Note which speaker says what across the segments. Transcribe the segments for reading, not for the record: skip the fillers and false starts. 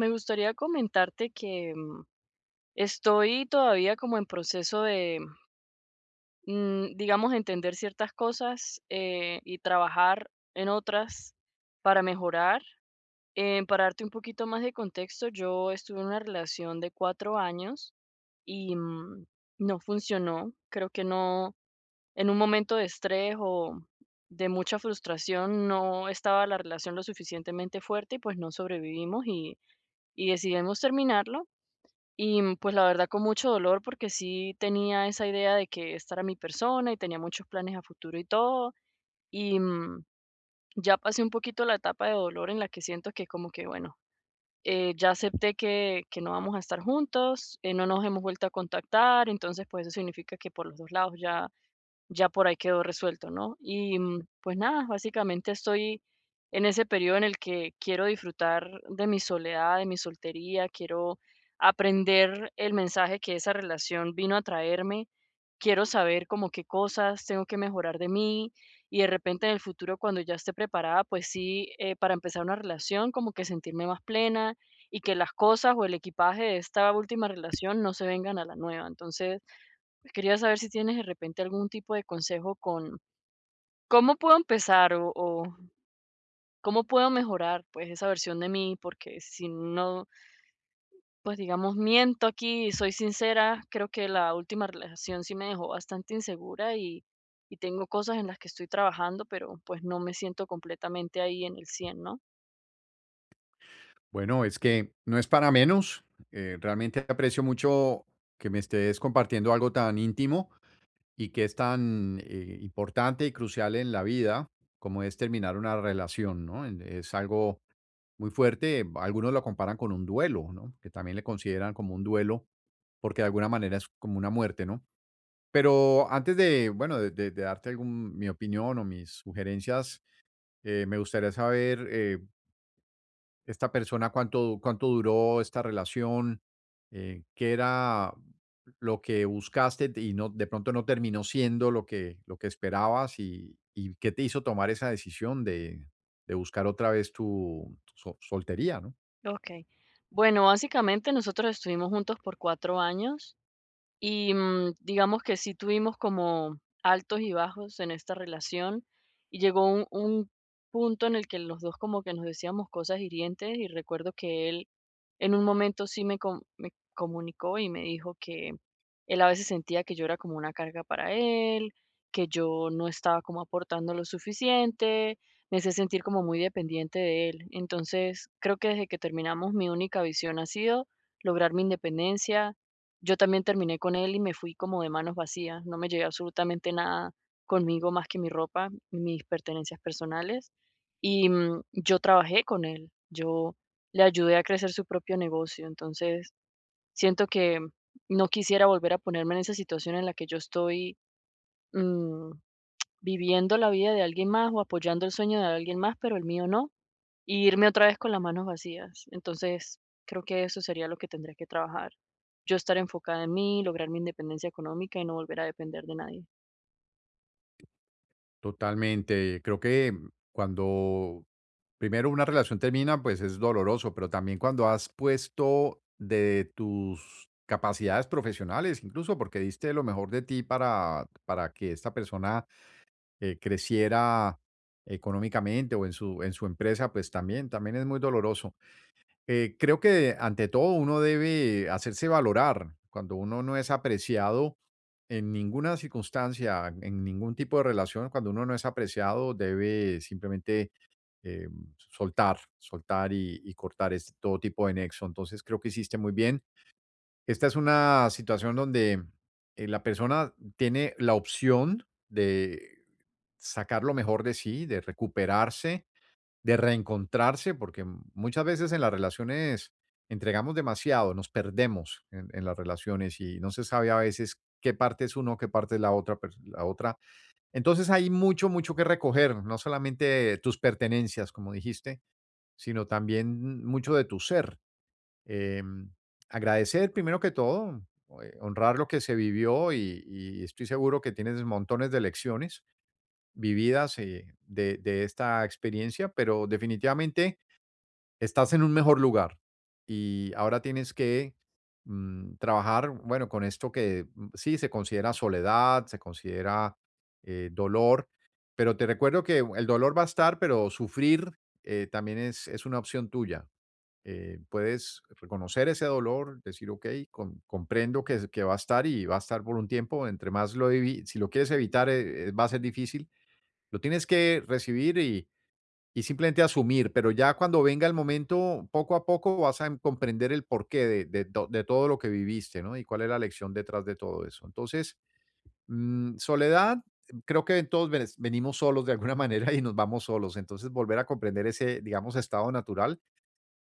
Speaker 1: Me gustaría comentarte que estoy todavía como en proceso de, digamos, entender ciertas cosas, y trabajar en otras para mejorar. Para darte un poquito más de contexto, yo estuve en una relación de 4 años y no funcionó. Creo que no, en un momento de estrés o de mucha frustración, no estaba la relación lo suficientemente fuerte y pues no sobrevivimos, y decidimos terminarlo. Y, pues, la verdad, con mucho dolor, porque sí tenía esa idea de que esta era mi persona y tenía muchos planes a futuro y todo. Y, ya pasé un poquito la etapa de dolor en la que siento que como que, bueno, ya acepté que no vamos a estar juntos, no nos hemos vuelto a contactar, entonces, pues, eso significa que por los 2 lados ya ya por ahí quedó resuelto, ¿no? Y pues nada, básicamente estoy en ese periodo en el que quiero disfrutar de mi soledad, de mi soltería, quiero aprender el mensaje que esa relación vino a traerme, quiero saber como qué cosas tengo que mejorar de mí y de repente en el futuro cuando ya esté preparada, pues sí, para empezar una relación, como que sentirme más plena y que las cosas o el equipaje de esta última relación no se vengan a la nueva. Entonces, quería saber si tienes de repente algún tipo de consejo con cómo puedo empezar o cómo puedo mejorar pues esa versión de mí, porque si no, pues digamos, miento aquí y soy sincera, creo que la última relación sí me dejó bastante insegura y tengo cosas en las que estoy trabajando, pero pues no me siento completamente ahí en el 100, ¿no?
Speaker 2: Bueno, es que no es para menos. Realmente aprecio mucho que me estés compartiendo algo tan íntimo y que es tan importante y crucial en la vida como es terminar una relación, ¿no? Es algo muy fuerte. Algunos lo comparan con un duelo, ¿no? Que también le consideran como un duelo porque de alguna manera es como una muerte, ¿no? Pero antes de, bueno, de darte algún, mi opinión o mis sugerencias, me gustaría saber esta persona cuánto duró esta relación, qué era lo que buscaste y no, de pronto no terminó siendo lo lo que esperabas y qué te hizo tomar esa decisión de buscar otra vez soltería, ¿no?
Speaker 1: Ok. Bueno, básicamente nosotros estuvimos juntos por 4 años. Y digamos que sí tuvimos como altos y bajos en esta relación y llegó un punto en el que los dos como que nos decíamos cosas hirientes y recuerdo que él en un momento sí me comunicó y me dijo que él a veces sentía que yo era como una carga para él, que yo no estaba como aportando lo suficiente, me hacía sentir como muy dependiente de él. Entonces creo que desde que terminamos mi única visión ha sido lograr mi independencia. Yo también terminé con él y me fui como de manos vacías, no me llevé absolutamente nada conmigo más que mi ropa, mis pertenencias personales y, yo trabajé con él, yo le ayudé a crecer su propio negocio, entonces siento que no quisiera volver a ponerme en esa situación en la que yo estoy, mm, viviendo la vida de alguien más o apoyando el sueño de alguien más, pero el mío no. Y irme otra vez con las manos vacías. Entonces, creo que eso sería lo que tendría que trabajar. Yo estar enfocada en mí, lograr mi independencia económica y no volver a depender de nadie.
Speaker 2: Totalmente. Creo que cuando primero una relación termina, pues es doloroso, pero también cuando has puesto de tus capacidades profesionales, incluso porque diste lo mejor de ti para que esta persona creciera económicamente o en en su empresa, pues también, también es muy doloroso. Creo que ante todo uno debe hacerse valorar. Cuando uno no es apreciado en ninguna circunstancia, en ningún tipo de relación, cuando uno no es apreciado, debe simplemente eh, soltar, soltar y cortar este, todo tipo de nexo. Entonces creo que hiciste muy bien. Esta es una situación donde, la persona tiene la opción de sacar lo mejor de sí, de recuperarse, de reencontrarse, porque muchas veces en las relaciones entregamos demasiado, nos perdemos en las relaciones y no se sabe a veces qué parte es uno, qué parte es la otra. Entonces, hay mucho, mucho que recoger, no solamente tus pertenencias, como dijiste, sino también mucho de tu ser. Em, Agradecer primero que todo, honrar lo que se vivió y estoy seguro que tienes montones de lecciones vividas de esta experiencia, pero definitivamente estás en un mejor lugar y ahora tienes que trabajar, bueno, con esto que sí se considera soledad, se considera dolor, pero te recuerdo que el dolor va a estar, pero sufrir también es una opción tuya. Puedes reconocer ese dolor, decir, ok, comprendo que va a estar y va a estar por un tiempo, entre más si lo quieres evitar, va a ser difícil, lo tienes que recibir y simplemente asumir, pero ya cuando venga el momento, poco a poco vas a comprender el porqué de, de todo lo que viviste, ¿no? Y cuál es la lección detrás de todo eso. Entonces, soledad. Creo que todos venimos solos de alguna manera y nos vamos solos. Entonces, volver a comprender ese, digamos, estado natural.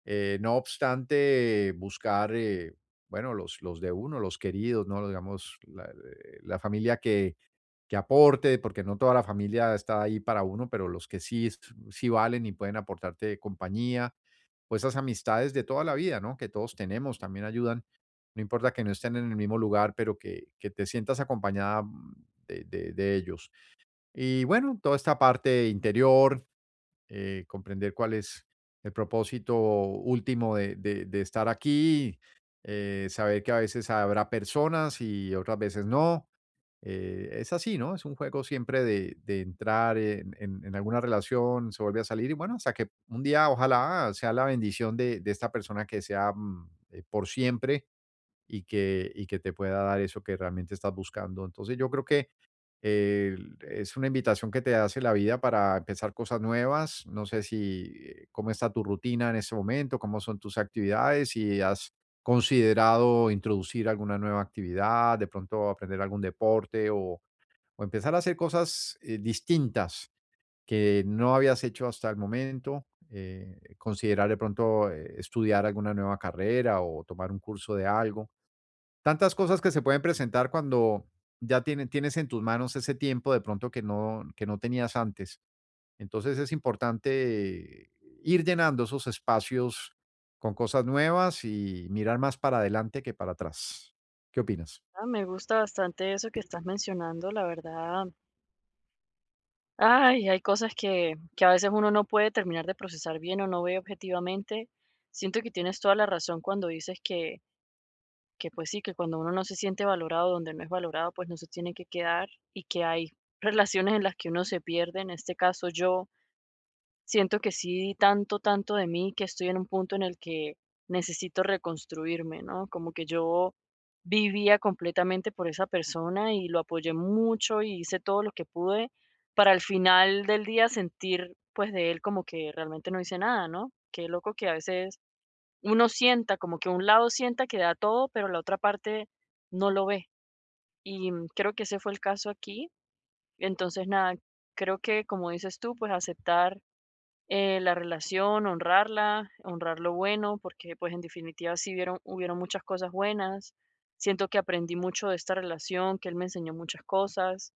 Speaker 2: No obstante, buscar, bueno, los de uno, los queridos, ¿no? Digamos, la familia que aporte, porque no toda la familia está ahí para uno, pero los que sí, sí valen y pueden aportarte compañía, o esas amistades de toda la vida, ¿no? Que todos tenemos, también ayudan. No importa que no estén en el mismo lugar, pero que te sientas acompañada de ellos. Y bueno, toda esta parte interior, comprender cuál es el propósito último de estar aquí, saber que a veces habrá personas y otras veces no. Es así, ¿no? Es un juego siempre de entrar en alguna relación, se vuelve a salir y bueno, hasta que un día ojalá sea la bendición de esta persona que sea por siempre y y que te pueda dar eso que realmente estás buscando. Entonces yo creo que el es una invitación que te hace la vida para empezar cosas nuevas. No sé si, cómo está tu rutina en este momento, cómo son tus actividades, si has considerado introducir alguna nueva actividad, de pronto aprender algún deporte o empezar a hacer cosas, distintas que no habías hecho hasta el momento, considerar de pronto, estudiar alguna nueva carrera o tomar un curso de algo, tantas cosas que se pueden presentar cuando ya tienes en tus manos ese tiempo de pronto que no tenías antes. Entonces es importante ir llenando esos espacios con cosas nuevas y mirar más para adelante que para atrás. ¿Qué opinas?
Speaker 1: Ah, me gusta bastante eso que estás mencionando, la verdad. Ay, hay cosas que a veces uno no puede terminar de procesar bien o no ve objetivamente. Siento que tienes toda la razón cuando dices que pues sí, que cuando uno no se siente valorado, donde no es valorado, pues no se tiene que quedar y que hay relaciones en las que uno se pierde. En este caso, yo siento que sí di tanto, tanto de mí que estoy en un punto en el que necesito reconstruirme, ¿no? Como que yo vivía completamente por esa persona y lo apoyé mucho y hice todo lo que pude para al final del día sentir pues de él como que realmente no hice nada, ¿no? Qué loco que a veces uno sienta, como que un lado sienta que da todo, pero la otra parte no lo ve. Y creo que ese fue el caso aquí. Entonces, nada, creo que como dices tú, pues aceptar, la relación, honrarla, honrar lo bueno, porque pues en definitiva sí vieron, hubieron muchas cosas buenas. Siento que aprendí mucho de esta relación, que él me enseñó muchas cosas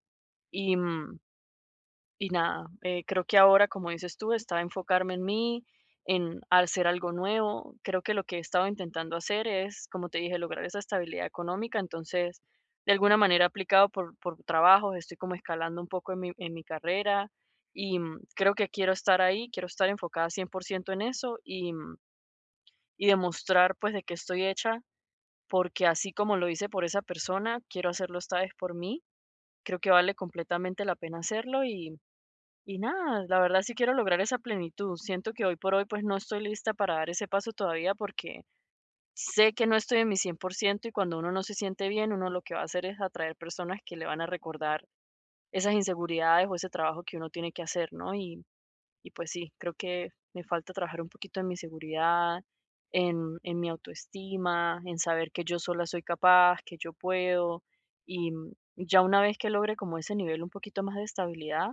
Speaker 1: y, y nada, creo que ahora, como dices tú, estaba enfocarme en mí, en hacer algo nuevo. Creo que lo que he estado intentando hacer es, como te dije, lograr esa estabilidad económica. Entonces, de alguna manera aplicado por trabajos, estoy como escalando un poco en mi carrera y creo que quiero estar ahí, quiero estar enfocada 100% en eso y, y demostrar pues de qué estoy hecha, porque así como lo hice por esa persona, quiero hacerlo esta vez por mí. Creo que vale completamente la pena hacerlo y nada, la verdad sí quiero lograr esa plenitud. Siento que hoy por hoy pues no estoy lista para dar ese paso todavía porque sé que no estoy en mi 100% y cuando uno no se siente bien, uno lo que va a hacer es atraer personas que le van a recordar esas inseguridades o ese trabajo que uno tiene que hacer, ¿no? Y pues sí, creo que me falta trabajar un poquito en mi seguridad, en mi autoestima, en saber que yo sola soy capaz, que yo puedo. Y ya una vez que logre como ese nivel un poquito más de estabilidad,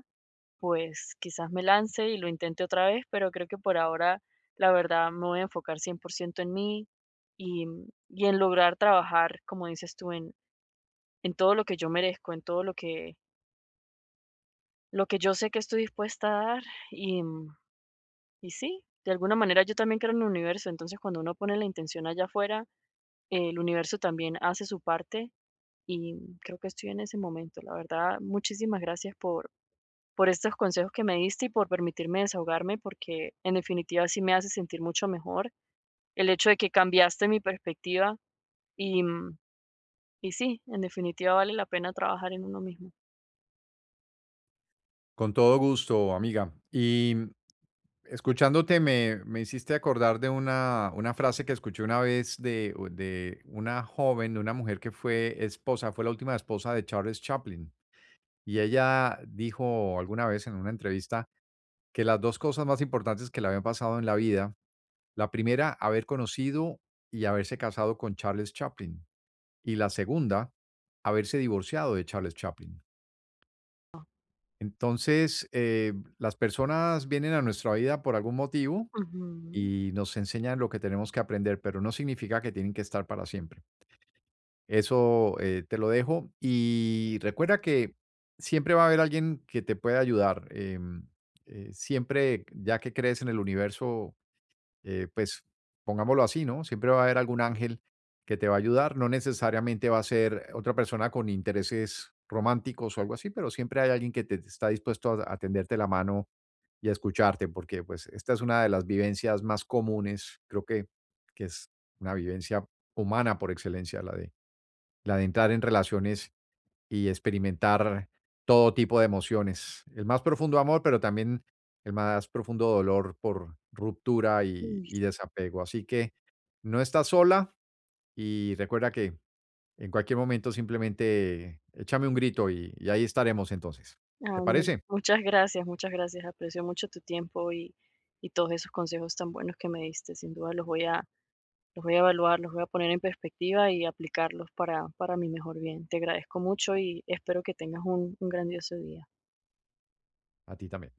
Speaker 1: pues quizás me lance y lo intente otra vez, pero creo que por ahora, la verdad, me voy a enfocar 100% en mí y, y en lograr trabajar, como dices tú, en todo lo que yo merezco, en todo lo que yo sé que estoy dispuesta a dar. Y, y sí, de alguna manera yo también creo en el universo, entonces cuando uno pone la intención allá afuera, el universo también hace su parte y creo que estoy en ese momento. La verdad, muchísimas gracias por estos consejos que me diste y por permitirme desahogarme, porque en definitiva sí me hace sentir mucho mejor el hecho de que cambiaste mi perspectiva y, y sí, en definitiva vale la pena trabajar en uno mismo.
Speaker 2: Con todo gusto, amiga. Y escuchándote me hiciste acordar de una frase que escuché una vez de una joven, de una mujer que fue esposa, fue la última esposa de Charles Chaplin. Y ella dijo alguna vez en una entrevista que las dos cosas más importantes que le habían pasado en la vida, la primera, haber conocido y haberse casado con Charles Chaplin, y la segunda, haberse divorciado de Charles Chaplin. Entonces, las personas vienen a nuestra vida por algún motivo
Speaker 1: Ujú.
Speaker 2: y nos enseñan lo que tenemos que aprender, pero no significa que tienen que estar para siempre. Eso, te lo dejo y recuerda que siempre va a haber alguien que te pueda ayudar. Siempre, ya que crees en el universo, pues pongámoslo así, ¿no? Siempre va a haber algún ángel que te va a ayudar. No necesariamente va a ser otra persona con intereses románticos o algo así, pero siempre hay alguien que te está dispuesto a tenderte la mano y a escucharte, porque pues esta es una de las vivencias más comunes, creo que es una vivencia humana por excelencia, la de entrar en relaciones y experimentar todo tipo de emociones. El más profundo amor, pero también el más profundo dolor por ruptura
Speaker 1: Uy,
Speaker 2: y desapego. Así que no estás sola y recuerda que en cualquier momento simplemente échame un grito y ahí estaremos entonces. ¿Te
Speaker 1: ah,
Speaker 2: parece?
Speaker 1: muchas gracias, muchas gracias. Aprecio mucho tu tiempo y todos esos consejos tan buenos que me diste. Sin duda los voy a evaluar, los voy a poner en perspectiva y aplicarlos para mi mejor bien. Te agradezco mucho y espero que tengas un grandioso día.
Speaker 2: A ti también.